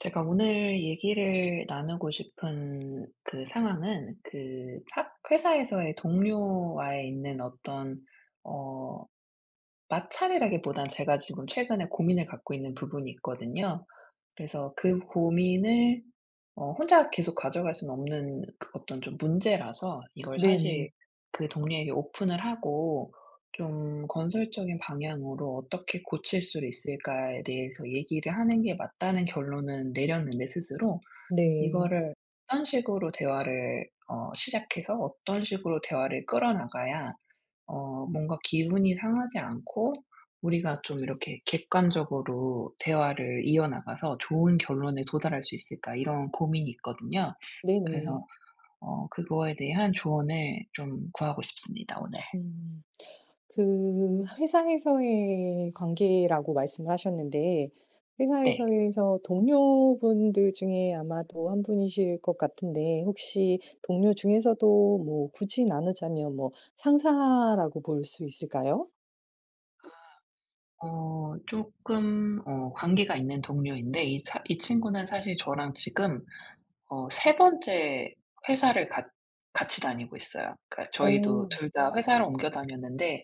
제가 오늘 얘기를 나누고 싶은 그 상황은 그 학 회사에서의 동료와의 있는 어떤 어 마찰이라기보단, 제가 지금 최근에 고민을 갖고 있는 부분이 있거든요. 그래서 그 고민을 혼자 계속 가져갈 수는 없는 그 어떤 좀 문제라서, 이걸 네네. 사실 그 동료에게 오픈을 하고 좀 건설적인 방향으로 어떻게 고칠 수 있을까에 대해서 얘기를 하는 게 맞다는 결론은 내렸는데, 스스로 네. 이거를 어떤 식으로 대화를 시작해서 어떤 식으로 대화를 끌어나가야 뭔가 기분이 상하지 않고 우리가 좀 이렇게 객관적으로 대화를 이어나가서 좋은 결론에 도달할 수 있을까, 이런 고민이 있거든요. 네네. 그래서 그거에 대한 조언을 좀 구하고 싶습니다, 오늘. 음. 그 회사에서의 관계라고 말씀을 하셨는데 네. 회사에서에서 동료분들 중에 아마도 한 분이실 것 같은데 혹시 동료 중에서도 뭐 굳이 나누자면 뭐 상사라고 볼 수 있을까요? 조금 관계가 있는 동료인데, 이 친구는 사실 저랑 지금 어 세 번째 회사를 같 같이 다니고 있어요. 그러니까 저희도 어 둘 다 회사를 옮겨 다녔는데,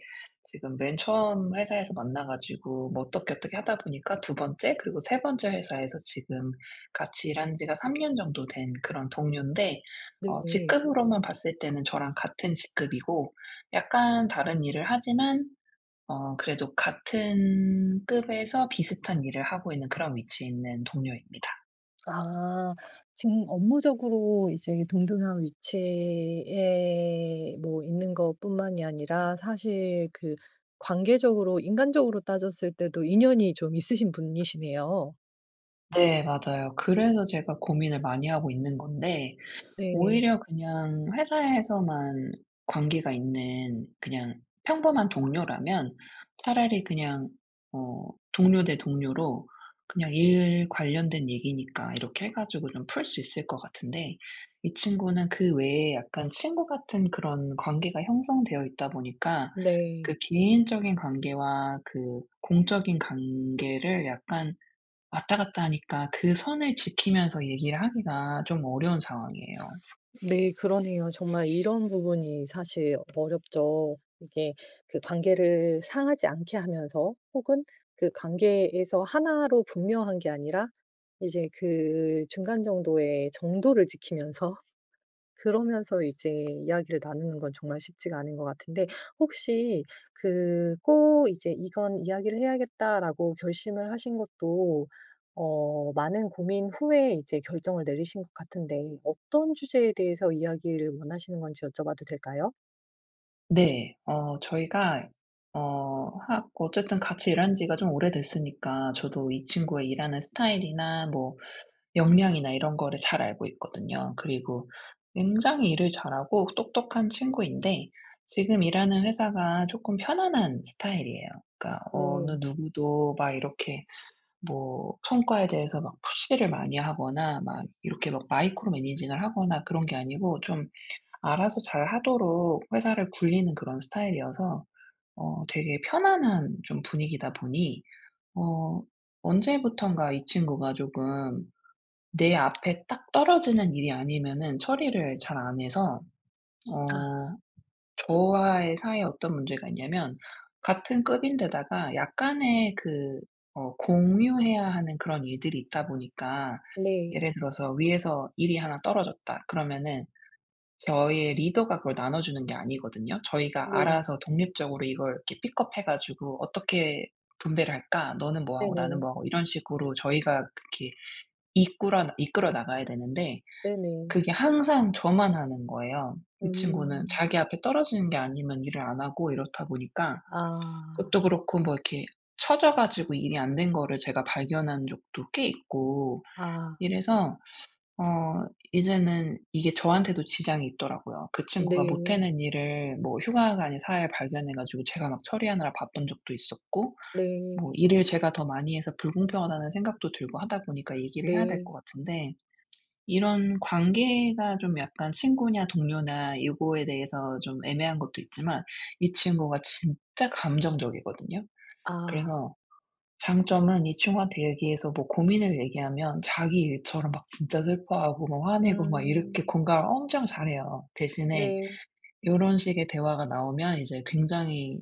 지금 맨 처음 회사에서 만나 가지고 뭐 어떻게 어떻게 하다 보니까 두 번째, 그리고 세 번째 회사에서 지금 같이 일한 지가 3년 정도 된 그런 동료인데, 네. 직급으로만 봤을 때는 저랑 같은 직급이고 약간 다른 일을 하지만, 그래도 같은 급에서 비슷한 일을 하고 있는 그런 위치에 있는 동료입니다. 아. 지금 업무적으로 이제 동등한 위치에 뭐 있는 것뿐만이 아니라 사실 그 관계적으로 인간적으로 따졌을 때도 인연이 좀 있으신 분이시네요. 네, 맞아요. 그래서 제가 고민을 많이 하고 있는 건데, 네. 오히려 그냥 회사에서만 관계가 있는 그냥 평범한 동료라면 차라리 그냥 어 동료 대 동료로 그냥 일 관련된 얘기니까 이렇게 해 가지고 좀 풀 수 있을 것 같은데, 이 친구는 그 외에 약간 친구 같은 그런 관계가 형성되어 있다 보니까 그 네. 개인적인 관계와 그 공적인 관계를 약간 왔다 갔다 하니까, 그 선을 지키면서 얘기를 하기가 좀 어려운 상황이에요. 네 그러네요. 정말 이런 부분이 사실 어렵죠. 이게 그 관계를 상하지 않게 하면서 혹은 그 관계에서 하나로 분명한 게 아니라 이제 그 중간 정도의 정도를 지키면서 그러면서 이제 이야기를 나누는 건 정말 쉽지가 않은 것 같은데 혹시 그 꼭 이제 '이건 이야기를 해야겠다.'라고 결심을 하신 것도 많은 고민 후에 이제 결정을 내리신 것 같은데 어떤 주제에 대해서 이야기를 원하시는 건지 여쭤봐도 될까요? 네. 저희가 어 학 어쨌든 같이 일한 지가 좀 오래됐으니까 저도 이 친구의 일하는 스타일이나 뭐 역량이나 이런 거를 잘 알고 있거든요. 그리고 굉장히 일을 잘하고 똑똑한 친구인데, 지금 일하는 회사가 쪼끔 편안한 스타일이에요. 그러니까 네. 어느 누구도 막 이렇게 뭐 성과에 대해서 막 푸시를 많이 하거나 막 이렇게 막 마이크로 매니징을 하거나 그런 게 아니고, 좀 알아서 잘하도록 회사를 굴리는 그런 스타일이어서 되게 편안한 좀 분위기다 보니, 어 언제부턴가 이 친구가 조금 내 앞에 딱 떨어지는 일이 아니면은 처리를 잘 안 해서 아 어 저와의 사이에 어떤 문제가 있냐면, 같은 급인데다가 약간의 그 공유해야 하는 그런 일들이 있다 보니까, 네. 예를 들어서 위에서 일이 하나 떨어졌다 그러면은 저희의 리더가 그걸 나눠주는 게 아니거든요. 저희가 네. 알아서 독립적으로 이걸 이렇게 픽업해 가지고 "어떻게 분배를 할까? 너는 뭐 하고 나는 네네. 뭐 하고." 이런 식으로 저희가 그렇게 이끌어 나가야 되는데, 네네. 그게 항상 저만 하는 거예요. 이 친구는 음. 자기 앞에 떨어지는 게 아니면 일을 안 하고, 이렇다 보니까 아. 그것도 그렇고, 뭐 이렇게 처져 가지고 일이 안 된 거를 제가 발견한 적도 꽤 있고, 아. 이래서 어 이제는 이게 저한테도 지장이 있더라고요. 그 친구가 못 네. 해낸 일을 뭐 휴가가 아닌 사회에 발견해 가지고 제가 막 처리하느라 바쁜 적도 있었고, 뭐 네. 일을 제가 더 많이 해서 불공평하다는 생각도 들고 하다 보니까 얘기를 해야 될 네. 것 같은데, 이런 관계가 좀 약간 친구냐 동료냐 이거에 대해서 좀 애매한 것도 있지만, 이 친구가 진짜 감정적이거든요. 아. 그래서 장점은, 이 친구한테 얘기해서 뭐 고민을 얘기하면 자기 일처럼 막 진짜 슬퍼하고 막 화내고 막 이렇게 음. 공감을 엄청 잘해요. 대신에 네. 요런 식의 대화가 나오면 이제 굉장히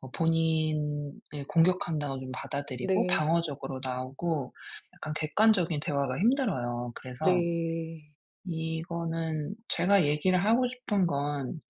본인을 공격한다고 좀 받아들이고 네. 방어적으로 나오고 약간 객관적인 대화가 힘들어요. 그래서 네. 이거는 제가 얘기를 하고 싶은 건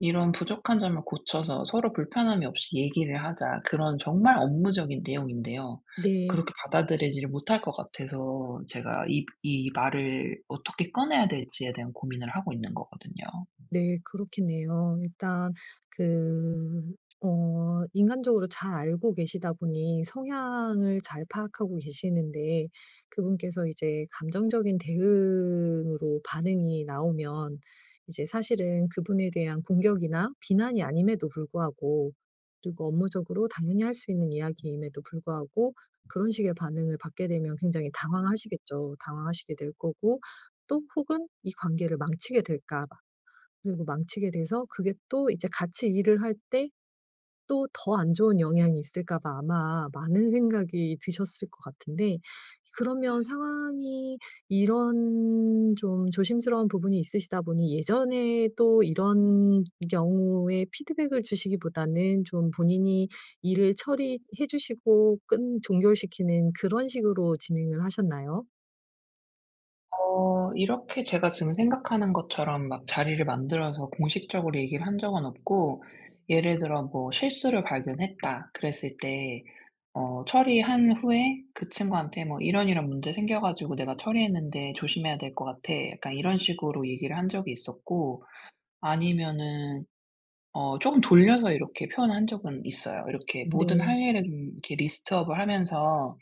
"이런 부족한 점을 고쳐서 서로 불편함이 없이 얘기를 하자." 그런 정말 업무적인 내용인데요. 네. 그렇게 받아들이지를 못할 것 같아서, 제가 이 말을 어떻게 꺼내야 될지에 대한 고민을 하고 있는 거거든요. 네 그렇겠네요. 일단 그 인간적으로 잘 알고 계시다 보니 성향을 잘 파악하고 계시는데 그분께서 이제 감정적인 대응으로 반응이 나오면 이제 사실은 그분에 대한 공격이나 비난이 아님에도 불구하고 그리고 업무적으로 당연히 할 수 있는 이야기임에도 불구하고 그런 식의 반응을 받게 되면 굉장히 당황하시겠죠. 당황하시게 될 거고 또 혹은 '이 관계를 망치게 될까.' 그리고 망치게 돼서 그게 또 이제 같이 일을 할 때 또 더 안 좋은 영향이 있을까 봐 아마 많은 생각이 드셨을 것 같은데 그러면 상황이 이런 좀 조심스러운 부분이 있으시다 보니 예전에 또 이런 경우에 피드백을 주시기보다는 좀 본인이 일을 처리해 주시고 끈 종결시키는 그런 식으로 진행을 하셨나요? 이렇게 제가 지금 생각하는 것처럼 막 자리를 만들어서 공식적으로 얘기를 한 적은 없고, 예를 들어 뭐 실수를 발견했다 그랬을 때 처리한 후에 그 친구한테 뭐 "이런 이런 문제 생겨 가지고 내가 처리했는데 조심해야 될 것 같아." 약간 이런 식으로 얘기를 한 적이 있었고, 아니면은 어금 돌려서 이렇게 표현한 적은 있어요. 이렇게 모든 네. 할 일을 좀 이렇게 리스트업을 하면서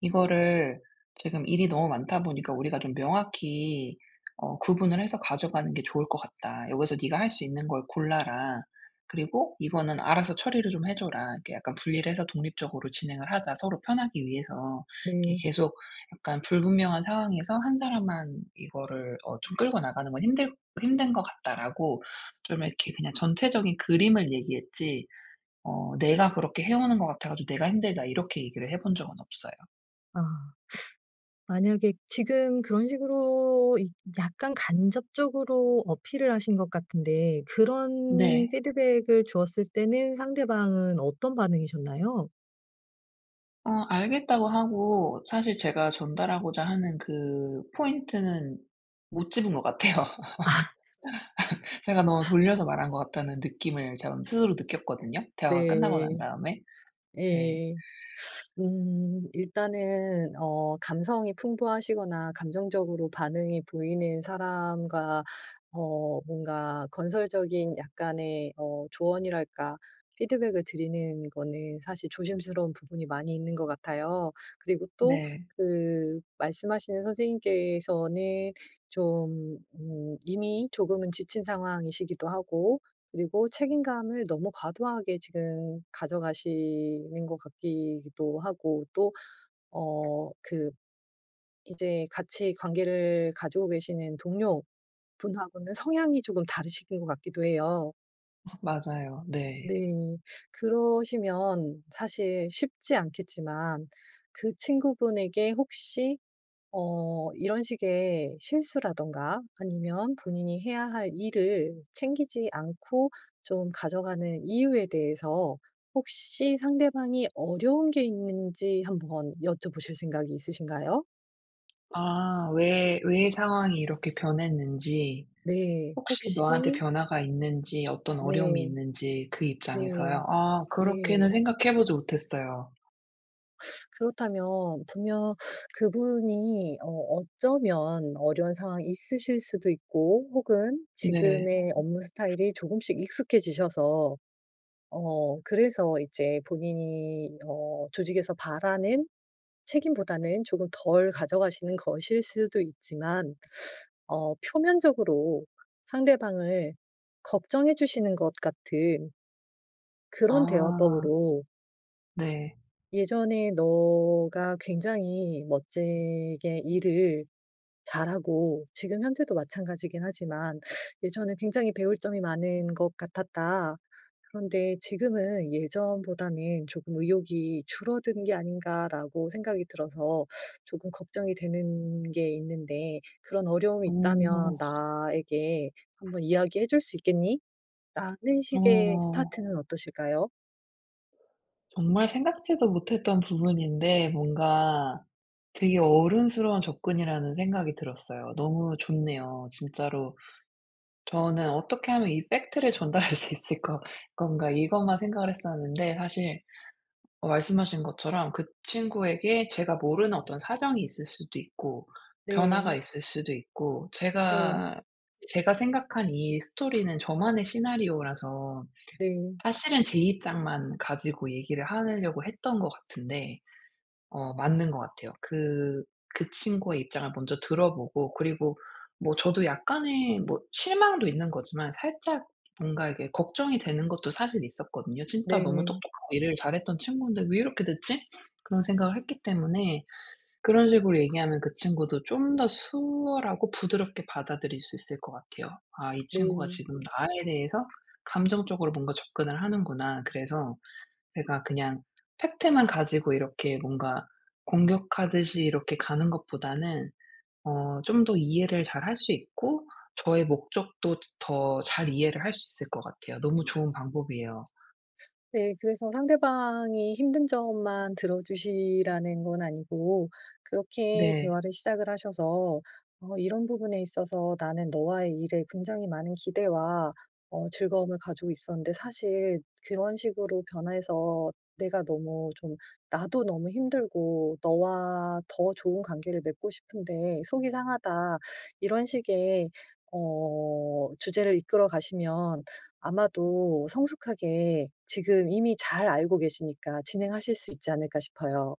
이거를, 지금 일이 너무 많다 보니까 우리가 좀 명확히 구분을 해서 가져가는 게 좋을 것 같다. "여기서 네가 할 수 있는 걸 골라라. 그리고 이거는 알아서 처리를 좀 해 줘라." 이렇게 약간 분리를 해서 독립적으로 진행을 하자, 서로 편하기 위해서. 네. 이렇게 계속 약간 불분명한 상황에서 한 사람만 이거를 좀 끌고 나가는 건 힘들 "힘든 것 같다."라고, 좀 이렇게 그냥 전체적인 그림을 얘기했지, "내가 그렇게 해 오는 것 같아 가지고 내가 힘들다." 이렇게 얘기를 해본 적은 없어요. 아. 만약에 지금 그런 식으로 이 약간 간접적으로 어필을 하신 것 같은데 그런 네. 피드백을 주었을 때는 상대방은 어떤 반응이셨나요? 알겠다고 하고, 사실 제가 전달하고자 하는 그 포인트는 못 짚은 것 같아요. 제가 너무 돌려서 말한 것 같다는 느낌을 제가 스스로 느꼈거든요, 대화가 끝나고 난 네. 다음에. 네. 예. 일단은 감성이 풍부하시거나 감정적으로 반응이 보이는 사람과 뭔가 건설적인 약간의 조언이랄까 피드백을 드리는 거는 사실 조심스러운 부분이 많이 있는 것 같아요. 그리고 또 네. 그 말씀하시는 선생님께서는 좀 이미 조금은 지친 상황이시기도 하고 그리고 책임감을 너무 과도하게 지금 가져가시는 것 같기도 하고 또 그 이제 같이 관계를 가지고 계시는 동료분하고는 성향이 조금 다르신 것 같기도 해요. 맞아요. 네. 네. 그러시면 사실 쉽지 않겠지만 그 친구분에게 혹시 이런 식의 실수라든가 아니면 본인이 해야 할 일을 챙기지 않고 좀 가져가는 이유에 대해서 혹시 상대방이 어려운 게 있는지 한번 여쭤보실 생각이 있으신가요? 아, 왜 상황이 이렇게 변했는지, 네. 혹시 혹시 너한테 변화가 있는지, 어떤 어려움이 네. 있는지 그 네. 입장에서요? 아, 그렇게는 네. 생각해 보지 못했어요. 그렇다면 분명 그분이 어쩌면 어려운 상황이 있으실 수도 있고 혹은 네. 지금의 업무 스타일이 조금씩 익숙해지셔서 그래서 이제 본인이 조직에서 바라는 책임보다는 조금 덜 가져가시는 것일 수도 있지만 표면적으로 상대방을 걱정해 주시는 것 같은 그런 아, 대화법으로 네. "예전에 너가 굉장히 멋지게 일을 잘하고 지금 현재도 마찬가지긴 하지만 예전에 굉장히 배울 점이 많은 것 같았다." 그런데 지금은 예전보다는 조금 '의욕이 줄어든 게 아닌가.'라고 생각이 들어서 조금 걱정이 되는 게 있는데 그런 어려움이 있다면 오. 나에게 한번 이야기해 줄 수 있겠니? 라는 식의 어. 스타트는 어. 떠실까요? 정말 생각지도 못했던 부분인데, 뭔가 되게 어른스러운 접근이라는 생각이 들었어요. 너무 좋네요, 진짜로. 저는 '어떻게 하면 이 팩트를 전달할 수 있을 거 건가.' 이것만 생각을 했었는데, 사실 말씀하신 것처럼 그 친구에게 제가 모르는 어떤 사정이 있을 수도 있고 변화가 네. 있을 수도 있고, 네. 제가 생각한 이 스토리는 저만의 시나리오라서 네. 사실은 제 입장만 가지고 얘기를 하려고 했던 것 같은데, 맞는 것 같아요. 그 친구의 입장을 먼저 들어보고, 그리고 뭐 저도 약간의 뭐 실망도 있는 거지만 살짝 뭔가 이게 걱정이 되는 것도 사실 있었거든요. '진짜 너무 네. 똑똑하고 일을 잘했던 친구인데 왜 이렇게 됐지?' 그런 생각을 했기 때문에, 그런 식으로 얘기하면 그 친구도 좀 더 수월하고 부드럽게 받아들일 수 있을 것 같아요. '아, 이 친구가 네. 지금 나에 대해서 감정적으로 뭔가 접근을 하는구나.' 그래서 제가 그냥 팩트만 가지고 이렇게 뭔가 공격하듯이 이렇게 가는 것보다는 좀 더 이해를 잘 할 수 있고, 저의 목적도 더 잘 이해를 할 수 있을 것 같아요. 너무 좋은 방법이에요. 네. 그래서 상대방이 힘든 점만 들어주시라는 건 아니고 그렇게 네. 대화를 시작을 하셔서 "어 이런 부분에 있어서 나는 너와의 일에 굉장히 많은 기대와 즐거움을 가지고 있었는데 사실 그런 식으로 변해서 내가 너무 좀 나도 너무 힘들고 너와 더 좋은 관계를 맺고 싶은데 속이 상하다." 이런 식의 주제를 이끌어 가시면 아마도 성숙하게 지금 이미 잘 알고 계시니까 진행하실 수 있지 않을까 싶어요.